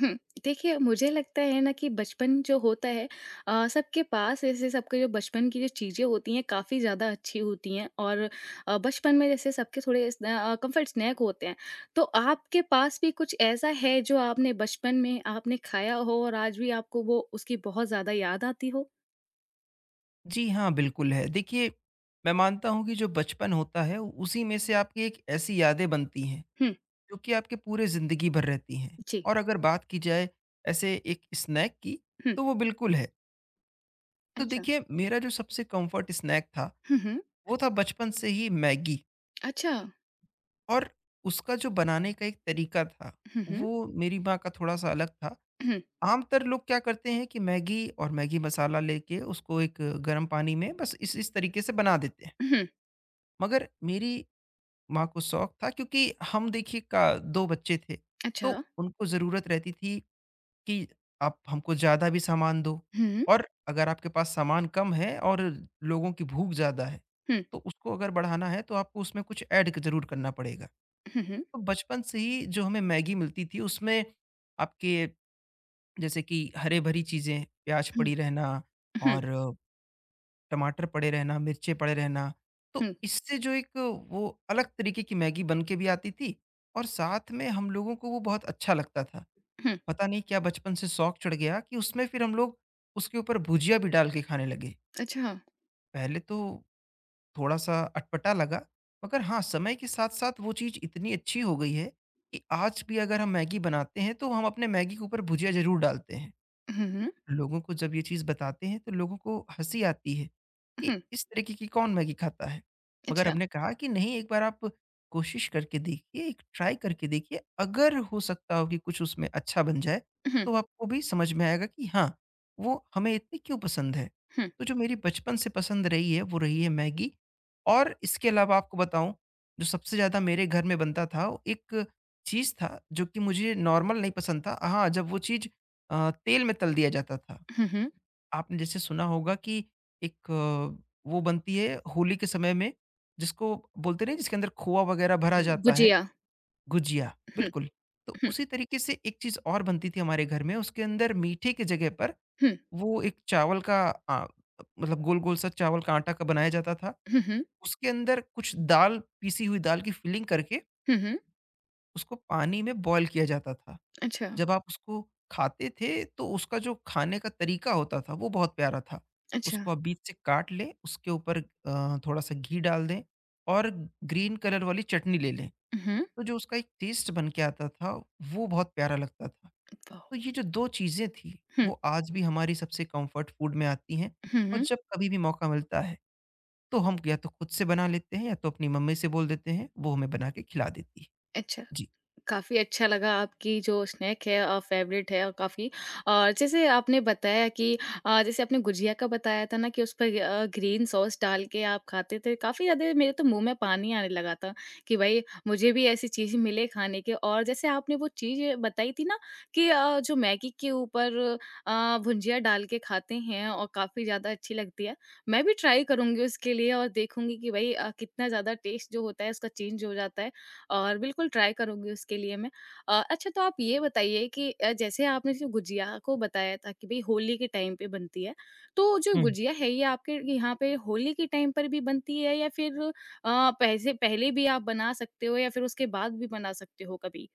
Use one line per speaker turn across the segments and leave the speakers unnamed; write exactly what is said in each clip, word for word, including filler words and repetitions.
हुँ, देखिए मुझे लगता है ना कि बचपन जो होता है अ, सबके पास ऐसे सबके जो बचपन की जो चीज़ें होती हैं काफ़ी ज़्यादा अच्छी होती हैं और अ, बचपन में जैसे सबके थोड़े स्नै अ, कंफर्ट स्नैक होते हैं। तो आपके पास भी कुछ ऐसा है जो आपने बचपन में आपने खाया हो और आज भी आपको वो उसकी बहुत ज़्यादा याद आती हो?
जी हाँ, बिल्कुल है। देखिए, मैं मानता हूँ कि जो बचपन होता है, उसी में से आपकी एक ऐसी यादें बनती हैं,
हुँ,
जो कि आपके पूरे ज़िंदगी भर रहती हैं।
जी।
और अगर बात की जाए ऐसे एक स्नैक की,
हुँ,
तो वो बिल्कुल है। तो
अच्छा।
देखिए, मेरा जो सबसे कम्फ़र्ट स्नैक था,
हुँ, हुँ।
वो था बचपन से ही मैगी
अच्छा।
और उसका जो बनाने का एक तरीका था,
हुँ, हुँ।
वो मेरी माँ का थोड़ा-सा अलग था।
हुँ,
आमतर लोग क्या करते हैं कि मैगी और मैगी मसाला लेके उसको एक गर्म पानी में बस इस इस तरीके से बना देते हैं।
हुँ।
मगर मेरी माँ को शौक था, क्योंकि हम देखिए का दो बच्चे थे,
अच्छा।
तो उनको ज़रूरत रहती थी कि आप हमको ज़्यादा भी सामान दो।
हुँ, हुँ।
और अगर आपके पास सामान कम है और लोगों की भूख ज़्यादा है,
हुँ,
तो उसको अगर बढ़ाना है तो आपको उसमें कुछ ऐड क ज़रूर करना पड़ेगा।
हुँ।
तो बचपन से ही जो हमें मैगी मिलती थी, उसमें आपके जैसे कि हरे-भरी चीज़ें, प्याज़
हुँ,
पड़ी रहना
हुँ,
और टमाटर पड़े रहना, मिर्चें पड़े रहना, तो
हुँ,
इससे जो एक वो अलग तरीके की मैगी बन के भी आती थी और साथ में हम लोगों को वो बहुत अच्छा लगता था।
हुँ।
पता नहीं क्या बचपन से शौक चढ़ गया कि उसमें फिर हम लोग उसके ऊपर भुजिया भी डाल के खाने लगे।
अच्छा।
पहले तो थोड़ा-सा अटपटा लगा, मगर हाँ, समय के साथ-साथ वो चीज़ इतनी अच्छी हो गई है कि आज भी अगर हम मैगी बनाते हैं, तो हम अपने मैगी के ऊपर भुजिया ज़रूर डालते हैं।
हुँ, हुँ।
लोगों को जब ये चीज़ बताते हैं तो लोगों को हँसी आती है कि
हुँ।
इस तरीके की कौन मैगी खाता है? मगर
अच्छा,
हमने कहा कि नहीं, एक बार आप कोशिश करके देखिए, एक ट्राई करके देखिए, अगर हो सकता हो कि कुछ उसमें अच्छा बन जाए,
हुँ,
तो आपको भी समझ में आएगा कि हाँ, वो हमें इतनी क्यों पसंद है।
हुँ,
तो जो मेरी बचपन से पसंद रही है, वो रही है मैगी। और इसके अलावा आपको बताऊँ, जो सबसे ज़्यादा मेरे घर में बनता था, वो एक चीज़ था जो कि मुझे नॉर्मल नहीं पसंद था। हाँ, जब वो चीज़ अ, तेल में तल दिया जाता था।
हुँ, हुँ,
आपने जैसे सुना होगा कि एक अ, वो बनती है होली के समय में, जिसको बोलते नहीं, जिसके अंदर खोआ वगैरह भरा जाता है,
गुजिया।
गुजिया,
हुँ,
बिल्कुल। तो
हुँ,
उसी तरीके से एक चीज़ और बनती थी हमारे घर में, उसके अंदर मीठे की जगह पर
हुँ,
वो एक चावल का, अ, मतलब गोल-गोल सा चावल का आटा का बनाया जाता था।
हुँ, हुँ,
उसके अंदर कुछ दाल, पीसी हुई दाल की फिलिंग करके
हुँ, हुँ,
उसको पानी में बॉयल किया जाता था।
अच्छा,
जब आप उसको खाते थे तो उसका जो खाने का तरीका होता था वो बहुत प्यारा था।
अच्छा,
उसको आप बीच से काट लें, उसके ऊपर अ, थोड़ा-सा घी डाल दें और ग्रीन कलर वाली चटनी ले लें।
हुँ,
तो जो उसका एक टेस्ट बन के आता था, वो बहुत प्यारा लगता था। तो
वाह!
ये जो दो चीज़ें थीं,
हुँ,
वो आज भी हमारी सबसे कम्फर्ट फूड में आती हैं।
हुँ,
और
हुँ,
जब कभी भी मौका मिलता है तो हम या तो खुद से बना लेते हैं या तो अपनी मम्मी से बोल देते हैं, वो हमें बना के खिला देती है।
अच्छा।
जी।
काफ़ी अच्छा लगा आपकी जो स्नैक है अ, फ़ेवरेट है और काफ़ी और जैसे आपने बताया कि अ, जैसे आपने गुजिया का बताया था ना कि उस पर अ, ग्रीन सॉस डाल के आप खाते थे। काफ़ी ज़्यादा मेरे तो मुँह में पानी आने लगा था कि भाई मुझे भी ऐसी चीज़ मिले खाने के और जैसे आपने वो चीज़ बताई थी ना कि अ, जो मैगी के ऊपर अ, भुंजिया डाल के खाते हैं और काफ़ी ज़्यादा अच्छी लगती है। मैं भी ट्राई करूँगी उसके लिए और देखूँगी कि भाई अ, कितना ज़्यादा टेस्ट जो होता है उसका चेंज हो जाता है। और बिल्कुल ट्राई करूँगी उसके लिए मैं। अ, अच्छा तो आप ये बताइए कि अ, जैसे आपने जो गुजिया को बताया था कि भई होली के टाइम पे बनती है। तो जो गुजिया है ये आपके यहाँ पे होली के टाइम पर भी बनती है या फिर अ, पैसे पहले भी आप बना सकते हो या फिर उसके बाद भी बना सकते हो कभी?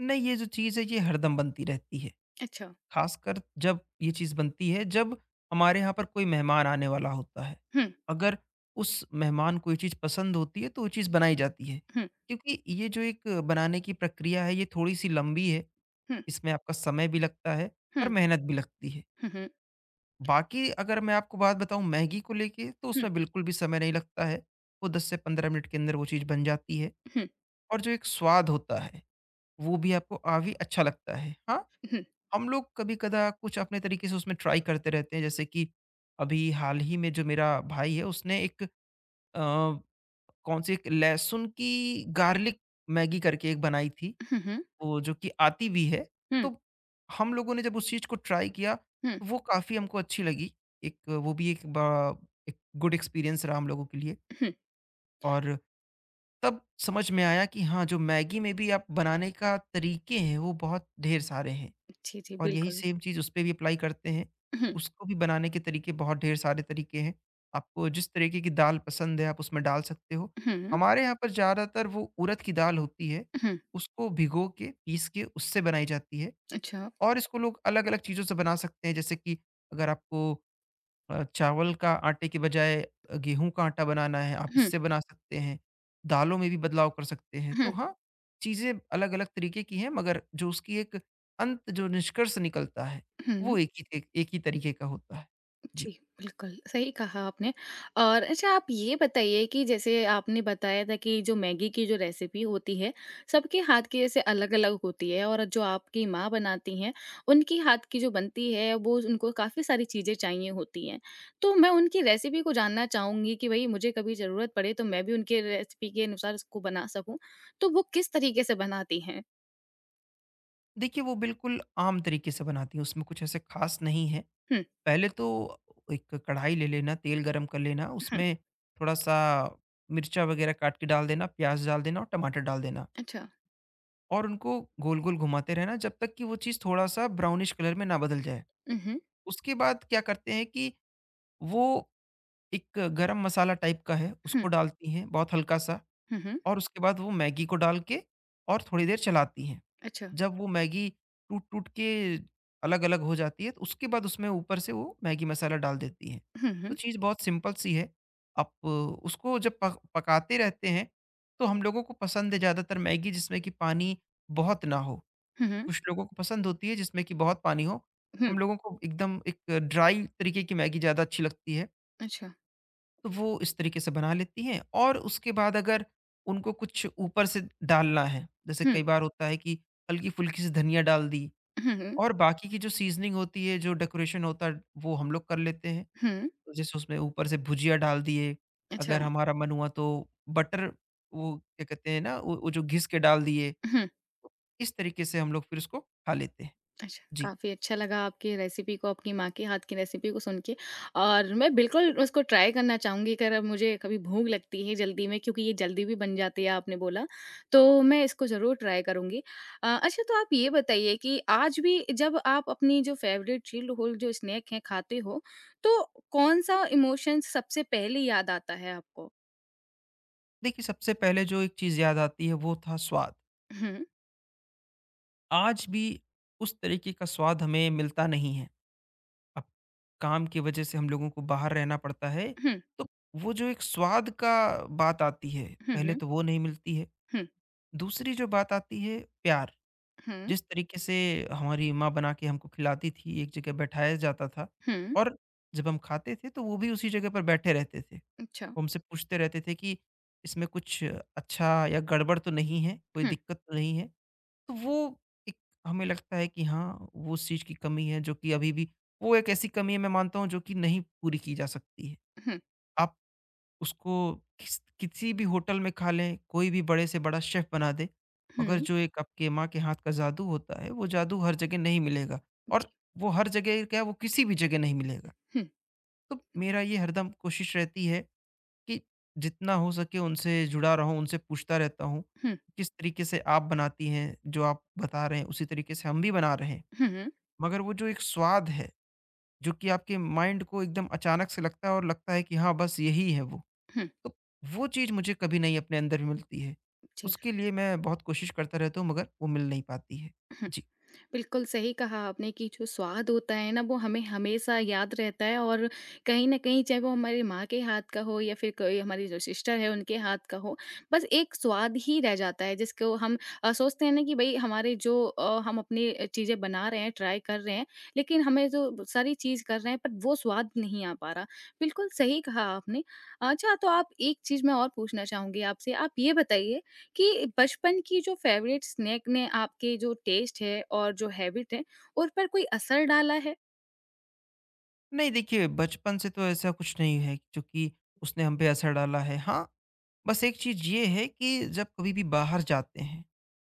नहीं, ये जो चीज़ है ये हरदम बनती रहती है।
अच्छा।
ख़ासकर जब ये चीज़ बनती है, जब हमारे यहाँ पर कोई मेहमान आने वाला होता है।
हुँ,
अगर उस मेहमान को ये चीज़ पसंद होती है, तो वो चीज़ बनाई जाती है।
हुँ,
क्योंकि ये जो एक बनाने की प्रक्रिया है, ये थोड़ी-सी लंबी है।
हुँ,
इसमें आपका समय भी लगता है और
हुँ,
मेहनत भी लगती है।
हुँ, हुँ,
बाकी अगर मैं आपको बात बताऊँ मैगी को लेके, तो
हुँ,
उसमें बिल्कुल भी समय नहीं लगता है। वो दस से पंद्रह मिनट के अंदर वो चीज़ बन जाती है
हुँ, हुँ,
और जो एक स्वाद होता है, वो भी आपको काफ़ी अच्छा लगता है। हाँ,
हुँ,
हम लोग कभी-कदा कुछ अपने तरीके से उसमें ट्राई करते रहते हैं, जैसे कि अभी हाल ही में जो मेरा भाई है, उसने एक अ, कौन सी एक लहसुन की गार्लिक मैगी करके एक बनाई थी,
हुँ,
वो जो कि आती भी है।
हुँ,
तो हम लोगों ने जब उस चीज़ को ट्राई किया,
हुँ,
तो वो काफ़ी हमको अच्छी लगी। एक वो भी एक ब एक गुड एक्सपीरियंस रहा हम लोगों के लिए।
हुँ।
और तब समझ में आया कि हाँ, जो मैगी में भी आप बनाने का तरीके हैं, वो बहुत ढेर सारे हैं।
जी, जी,
और यही
बिल्कुल।
सेम चीज़ उसपे भी अप्लाई करते हैं।
हुँ,
उसको भी बनाने के तरीके बहुत ढेर सारे तरीके हैं। आपको जिस तरीके की दाल पसंद है, आप उसमें डाल सकते हो।
हुँ,
हमारे यहाँ पर ज़्यादातर वो उड़द की दाल होती है,
हुँ,
उसको भिगो के, पीस के, उससे बनाई जाती है।
अच्छा।
और इसको लोग अलग-अलग चीज़ों से बना सकते हैं, जैसे कि अगर आपको अ, चावल का आटे के बजाय अ, गेहूँ का आटा बनाना है, आप
हुँ,
इससे बना सकते हैं। दालों में भी बदलाव कर सकते हैं। तो
हुँ,
हाँ, चीज़ें अलग-अलग तरीके की हैं, मगर जो उसकी एक अंत जो निष्कर्ष निकलता है,
हुँ।
वो एक ही एक एक ही तरीके का होता है। जी।
जी, बिल्कुल, सही कहा आपने और अच्छा आप ये बताइए कि जैसे आपने बताया था कि जो मैगी की जो रेसिपी होती है, सबके हाथ की जैसे अलग-अलग होती है और जो आपकी माँ बनाती हैं, उनकी हाथ की जो बनती है वो उनको काफ़ी सारी चीज़ें चाहिए होती हैं। तो मैं उनकी रेसिपी को जानना चाहूँगी कि भई मुझे कभी ज़रूरत पड़े तो मैं भी उनके रेसिपी के अनुसार उसको बना सकूँ, तो वो किस तरीके से बनाती हैं?
देखिए, वो बिल्कुल आम तरीके से बनाती हैं, उसमें कुछ ऐसे ख़ास नहीं है।
हुँ,
पहले तो एक कढ़ाई ले लेना, तेल गरम कर लेना,
हुँ,
उसमें थोड़ा-सा मिर्चा वग़ैरह काट के डाल देना, प्याज़ डाल देना और टमाटर डाल देना।
अच्छा,
और उनको गोल-गोल घुमाते रहना जब तक कि वो चीज़ थोड़ा-सा ब्राउनिश कलर में ना बदल जाए।
हुँ, हुँ,
उसके बाद क्या करते हैं कि वो एक गरम मसाला टाइप का है, उसको
हुँ,
डालती हैं बहुत हल्का-सा।
हुँ, हुँ,
और उसके बाद वो मैगी को डाल के और थोड़ी देर चलाती हैं।
अच्छा,
जब वो मैगी टूट-टूट के अलग-अलग हो जाती है, तो उसके बाद उसमें ऊपर से वो मैगी मसाला डाल देती हैं।
हुँ,
तो
हुँ,
चीज़ बहुत सिंपल सी है। आप अ, उसको जब पक पकाते रहते हैं, तो हम लोगों को पसंद है ज़्यादातर मैगी, जिसमें कि पानी बहुत ना हो।
हुँ, हुँ,
कुछ लोगों को पसंद होती है जिसमें कि बहुत पानी हो।
हुँ,
हम लोगों को एकदम एक ड्राई तरीके की मैगी ज़्यादा अच्छी लगती है,
अच्छा,
तो वो इस तरीके से बना लेती हैं और उसके बाद अगर उनको कुछ ऊपर से डालना है, जैसे
हुँ।
कई बार होता है कि हल्की-फुल्की सी धनिया डाल दी।
हुँ, हुँ।
और बाकी की जो सीज़निंग होती है, जो डेकोरेशन होता है, वो हम लोग कर लेते हैं।
हुँ।
तो जैसे उसमें ऊपर से भुजिया डाल दिए,
अच्छा
अगर हमारा मन हुआ तो बटर, वो क्या कहते हैं ना, वो वो जो घिस के डाल दिए।
हुँ,
इस तरीके से हम लोग फिर उसको खा लेते हैं।
अच्छा,
जी।
काफ़ी अच्छा लगा आपकी रेसिपी को, आपकी माँ के हाथ की रेसिपी को सुन के और मैं बिल्कुल उसको ट्राई करना चाहूँगी अगर अब मुझे कभी भूख लगती है जल्दी में क्योंकि ये जल्दी भी बन जाती है आपने बोला, तो मैं इसको ज़रूर ट्राई करूँगी। अ, अच्छा तो आप ये बताइए कि आज भी जब आप अपनी जो फ़ेवरेट चिल्ड होल जो स्नैक है खाते हो, तो कौन-सा इमोशन सबसे पहले याद आता है आपको?
देखिए, सबसे पहले जो एक चीज़ याद आती है, वो था स्वाद।
हुँ,
आज भी उस तरीके का स्वाद हमें मिलता नहीं है। अब काम की वज़ह से हम लोगों को बाहर रहना पड़ता है,
हुँ,
तो वो जो एक स्वाद का बात आती है,
हुँ,
पहले
हुँ,
तो वो नहीं मिलती है।
हुँ,
दूसरी जो बात आती है, प्यार।
हुँ,
जिस तरीके से हमारी माँ बना के हमको खिलाती थी, एक जगह बैठाया जाता था
हुँ,
और जब हम खाते थे तो वो भी उसी जगह पर बैठे रहते थे।
अच्छा,
वो हमसे पूछते रहते थे कि इसमें कुछ अच्छा या गड़बड़ तो नहीं है, कोई
हुँ,
दिक्कत तो नहीं है? तो वो एक, हमें लगता है कि हाँ, वो उस चीज़ की कमी है, जो कि अभी भी वो एक ऐसी कमी है, मैं मानता हूँ, जो कि नहीं पूरी की जा सकती है।
हुँ,
आप उसको किस किसी भी होटल में खा लें, कोई भी बड़े से बड़ा शेफ़ बना दे, मगर
हुँ।
जो एक आपके माँ के हाथ का जादू होता है, वो जादू हर जगह नहीं मिलेगा और वो हर जगह क्या, वो किसी भी जगह नहीं मिलेगा।
हुँ,
तो मेरा ये हरदम कोशिश रहती है कि जितना हो सके उनसे जुड़ा रहूँ, उनसे पूछता रहता हूँ,
हुँ,
किस तरीके से आप बनाती हैं, जो आप बता रहे हैं, उसी तरीके से हम भी बना रहे हैं।
हुँ,
मगर वो जो एक स्वाद है, जो कि आपके माइंड को एकदम अचानक से लगता है और लगता है कि हाँ, बस यही है वो।
हुँ,
तो वो चीज़ मुझे कभी नहीं अपने अंदर भी मिलती है।
जी,
उसके लिए मैं बहुत कोशिश करता रहता हूँ, मगर वो मिल नहीं पाती है।
हुँ।
जी।
बिल्कुल सही कहा आपने कि जो स्वाद होता है ना वो हमें हमेशा याद रहता है और कहीं न कहीं चाहे वो हमारी माँ के हाथ का हो या फिर कोई हमारी जो सिस्टर है उनके हाथ का हो, बस एक स्वाद ही रह जाता है जिसको हम अ, सोचते हैं ना कि भई हमारे जो अ, हम अपनी अ, चीज़ें बना रहे हैं, ट्राई कर रहे हैं, लेकिन हमें जो सारी चीज़ कर रहे हैं पर वो स्वाद नहीं आ पा रहा। बिल्कुल सही कहा आपने। अच्छा तो आप एक चीज़ मैं और पूछना चाहूँगी आपसे, आप ये बताइए कि बचपन की जो फेवरेट स्नैक ने आपके जो टेस्ट है और जो हैबिट है, उन पर कोई असर डाला है?
नहीं देखिए, बचपन से तो ऐसा कुछ नहीं है जो कि उसने हम पे असर डाला है। हाँ, बस एक चीज़ ये है कि जब कभी भी बाहर जाते हैं,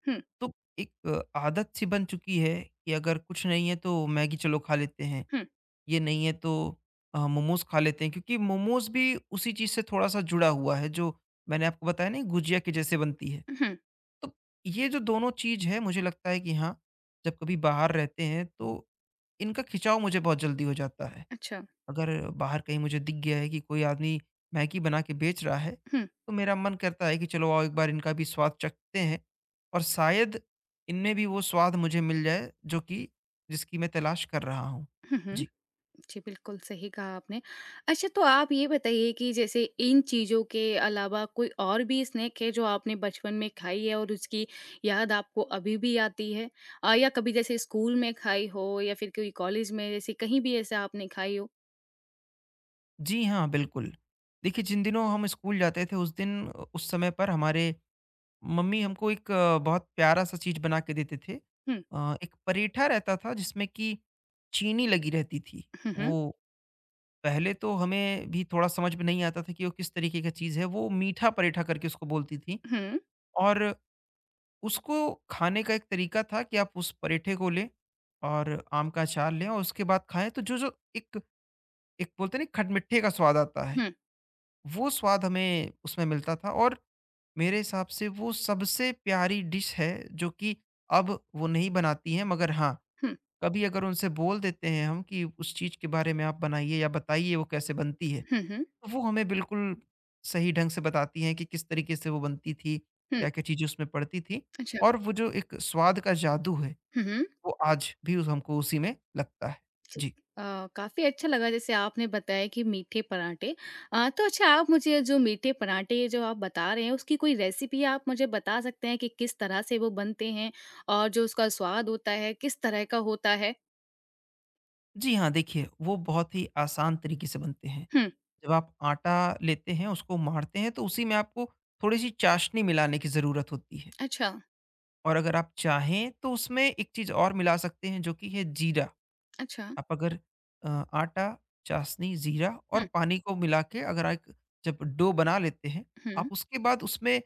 हुँ,
तो एक आदत सी बन चुकी है कि अगर कुछ नहीं है तो मैगी चलो खा लेते हैं,
हुँ,
ये नहीं है तो अ, मोमोज़ खा लेते हैं, क्योंकि मोमोज़ भी उसी चीज़ से थोड़ा-सा जुड़ा हुआ है, जो मैंने आपको बताया नहीं, गुजिया के जैसे बनती है।
हुँ,
तो ये जो दोनों चीज़ है, मुझे लगता है कि हाँ, जब कभी बाहर रहते हैं तो इनका खिंचाव मुझे बहुत जल्दी हो जाता है।
अच्छा।
अगर बाहर कहीं मुझे दिख गया है कि कोई आदमी मैगी बना के बेच रहा है,
हुँ,
तो मेरा मन करता है कि चलो आओ एक बार इनका भी स्वाद चखते हैं और शायद इनमें भी वो स्वाद मुझे मिल जाए जो कि जिसकी मैं तलाश कर रहा हूँ।
हुँ, हुँ।
जी।
जी, बिल्कुल सही कहा आपने। अच्छा तो आप ये बताइए कि जैसे इन चीज़ों के अलावा कोई और भी स्नैक है जो आपने बचपन में खाई है और उसकी याद आपको अभी भी आती है? अ, या कभी जैसे स्कूल में खाई हो या फिर कोई कॉलेज में जैसे कहीं भी ऐसा आपने खाई हो?
जी हाँ, बिल्कुल। देखिए जिन दिनों हम स्कूल जाते थे उस दिन उस समय पर हमारे मम्मी हमको एक अ, बहुत प्यारा-सा चीज़ बना के देते थे।
हुँ,
अ, एक परेठा रहता था जिसमें कि चीनी लगी रहती थी।
हुँ, हुँ,
वो पहले तो हमें भी थोड़ा समझ में नहीं आता था कि वो किस तरीके का चीज़ है, वो मीठा-परेठा करके उसको बोलती थीं
हुँ,
और उसको खाने का एक तरीका था कि आप उस परेठे को लें और आम का अचार लें और उसके बाद खाएँ, तो जो-जो एक एक बोलते हैं ना खटमिट्ठे का स्वाद आता है,
हुँ,
वो स्वाद हमें उसमें मिलता था और मेरे हिसाब से वो सबसे प्यारी डिश है जो कि अब वो नहीं बनाती हैं मगर हाँ,
हुँ,
कभी अगर उनसे बोल देते हैं हम कि उस चीज़ के बारे में आप बनाइए या बताइए वो कैसे बनती है।
हुँ, हुँ,
वो हमें बिल्कुल सही ढंग से बताती हैं कि किस तरीके से वो बनती थी,
हुँ,
क्या-क्या चीज़ें उसमें पड़ती थी
अच्छा।
और वो जो एक स्वाद का जादू है,
हुँ, हुँ।
वो आज भी उस हमको उसी में लगता है।
जी,
जी।
अ, काफ़ी अच्छा लगा जैसे आपने बताया कि मीठे पराठे। अ, तो अच्छा आप मुझे जो मीठे पराठे जो आप बता रहे हैं उसकी कोई रेसिपी आप मुझे बता सकते हैं कि किस तरह से वो बनते हैं? और जो उसका स्वाद होता है किस तरह का होता है?
जी हाँ, देखिए वो बहुत ही आसान तरीके से बनते हैं।
हुँ,
जब आप आटा लेते हैं, उसको मारते हैं तो उसी में आपको थोड़ी-सी चाशनी मिलाने की ज़रूरत होती है
अच्छा,
और अगर आप चाहें तो उसमें एक चीज़ और मिला सकते हैं जो कि है जीरा।
अच्छा।
आप अगर अ, आटा, चाशनी, जीरा और
हुँ,
पानी को मिला के अगर एक जब डो बना लेते हैं,
हुँ,
आप उसके बाद उसमें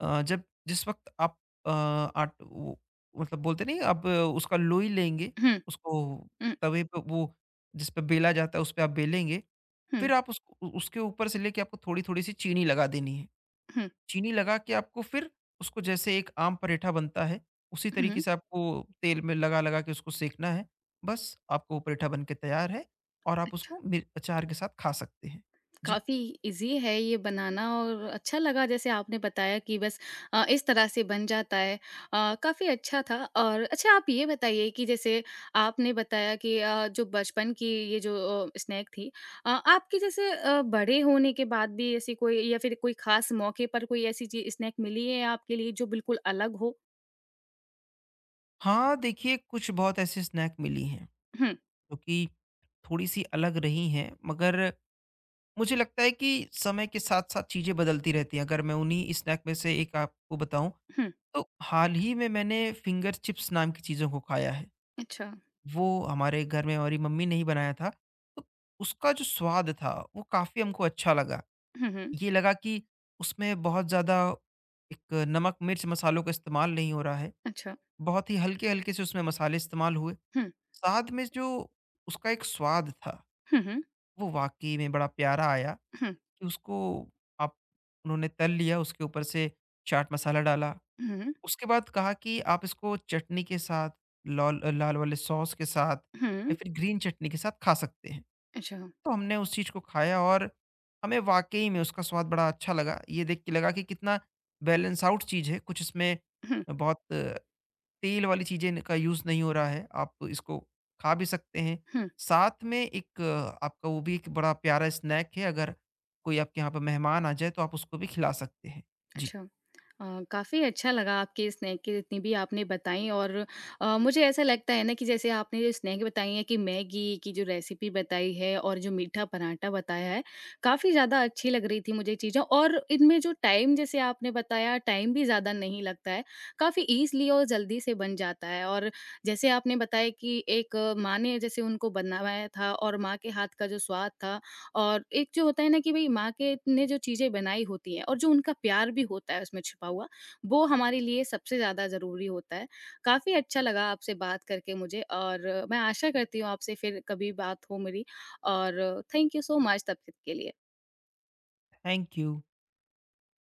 अ, जब जिस वक़्त आप अ, आट वो मतलब बोलते नहीं आप अ, उसका लोई लेंगे,
हुँ,
उसको
हुँ,
तवे पे वो जिस पे बेला जाता है, उस पे आप बेलेंगे, फिर
हुँ,
आप उसको उ उसके ऊपर से लेके आपको थोड़ी-थोड़ी सी चीनी लगा देनी है।
हुँ,
चीनी लगा के आपको फिर उसको जैसे एक आम पराठा बनता है, उसी तरीके
हुँ,
से आपको तेल में लगा-लगा के उसको सेंकना है। बस आपको वो पराठा बन के तैयार है और आप
अच्छा।
उसको मिर अचार के साथ खा सकते हैं। जी।
काफ़ी ईज़ी है ये बनाना और अच्छा लगा जैसे आपने बताया कि बस अ, इस तरह से बन जाता है। अ, काफ़ी अच्छा था और अच्छा आप ये बताइए कि जैसे आपने बताया कि अ, जो बचपन की ये जो अ, स्नैक थी अ, आपकी जैसे अ, बड़े होने के बाद भी ऐसी कोई या फिर कोई ख़ास मौके पर कोई ऐसी चीज़ स्नैक मिली है आपके लिए जो बिल्कुल अलग हो?
हाँ, देखिए कुछ बहुत ऐसे स्नैक मिली हैं,
हुँ,
जो कि थोड़ी-सी अलग रही हैं, मगर मुझे लगता है कि समय के साथ-साथ चीज़ें बदलती रहती हैं। अगर मैं उन्हीं स्नैक में से एक आपको बताऊँ,
हुँ,
तो हाल ही में मैंने फिंगर चिप्स नाम की चीज़ों को खाया है।
अच्छा,
वो हमारे घर में हमारी मम्मी ने ही बनाया था। तो उसका जो स्वाद था वो काफ़ी हमको अच्छा लगा।
हुँ, हुँ,
ये लगा कि उसमें बहुत ज़्यादा एक नमक, मिर्च, मसालों का इस्तेमाल नहीं हो रहा है।
अच्छा,
बहुत ही हल्के-हल्के से उसमें मसाले इस्तेमाल हुए।
हुँ,
साथ में जो उसका एक स्वाद था
हुँ, हुँ,
वो वाक़ई में बड़ा प्यारा आया
हुँ,
कि उसको आप उन्होंने तल लिया उसके ऊपर से चाट मसाला डाला।
हुँ,
उसके बाद कहा कि आप इसको चटनी के साथ, लौल लाल वाले सॉस के साथ या
हुँ,
फिर ग्रीन चटनी के साथ खा सकते हैं।
अच्छा,
तो हमने उस चीज़ को खाया और हमें वाक़ई में उसका स्वाद बड़ा अच्छा लगा। ये देख के लगा कि कितना बैलेंस आउट चीज़ है, कुछ इसमें
हुँ,
बहुत तेल वाली चीज़ें का यूज़ नहीं हो रहा है। आप इसको खा भी सकते हैं।
हुँ।
साथ में एक अ, आपका वो भी एक बड़ा प्यारा स्नैक है, अगर कोई आपके यहाँ पे मेहमान आ जाए तो आप उसको भी खिला सकते हैं। जी।
अच्छा। अ, काफ़ी अच्छा लगा आपकी स्नैक की जितनी भी आपने बताई और अ, मुझे ऐसा लगता है ना कि जैसे आपने जो स्नैक बताई है कि मैगी की जो रेसिपी बताई है और जो मीठा पराठा बताया है, काफ़ी ज़्यादा अच्छी लग रही थी मुझे चीज़ें और इनमें जो टाइम जैसे आपने बताया टाइम भी ज़्यादा नहीं लगता है, काफ़ी ईज़िली और जल्दी से बन जाता है और जैसे आपने बताया कि एक अ, माँ ने जैसे उनको बनाया था और माँ के हाथ का जो स्वाद था और एक जो होता है ना कि भई माँ के ने जो चीज़ें बनाई होती हैं और जो उनका प्यार भी होता है उसमें छुपा हुआ, वो हमारे लिए सबसे ज़्यादा ज़रूरी होता है। काफ़ी अच्छा लगा आपसे बात करके मुझे और मैं आशा करती हूँ आपसे फिर कभी बात हो मेरी और थैंक यू सो मच तब तक के लिए।
Thank you.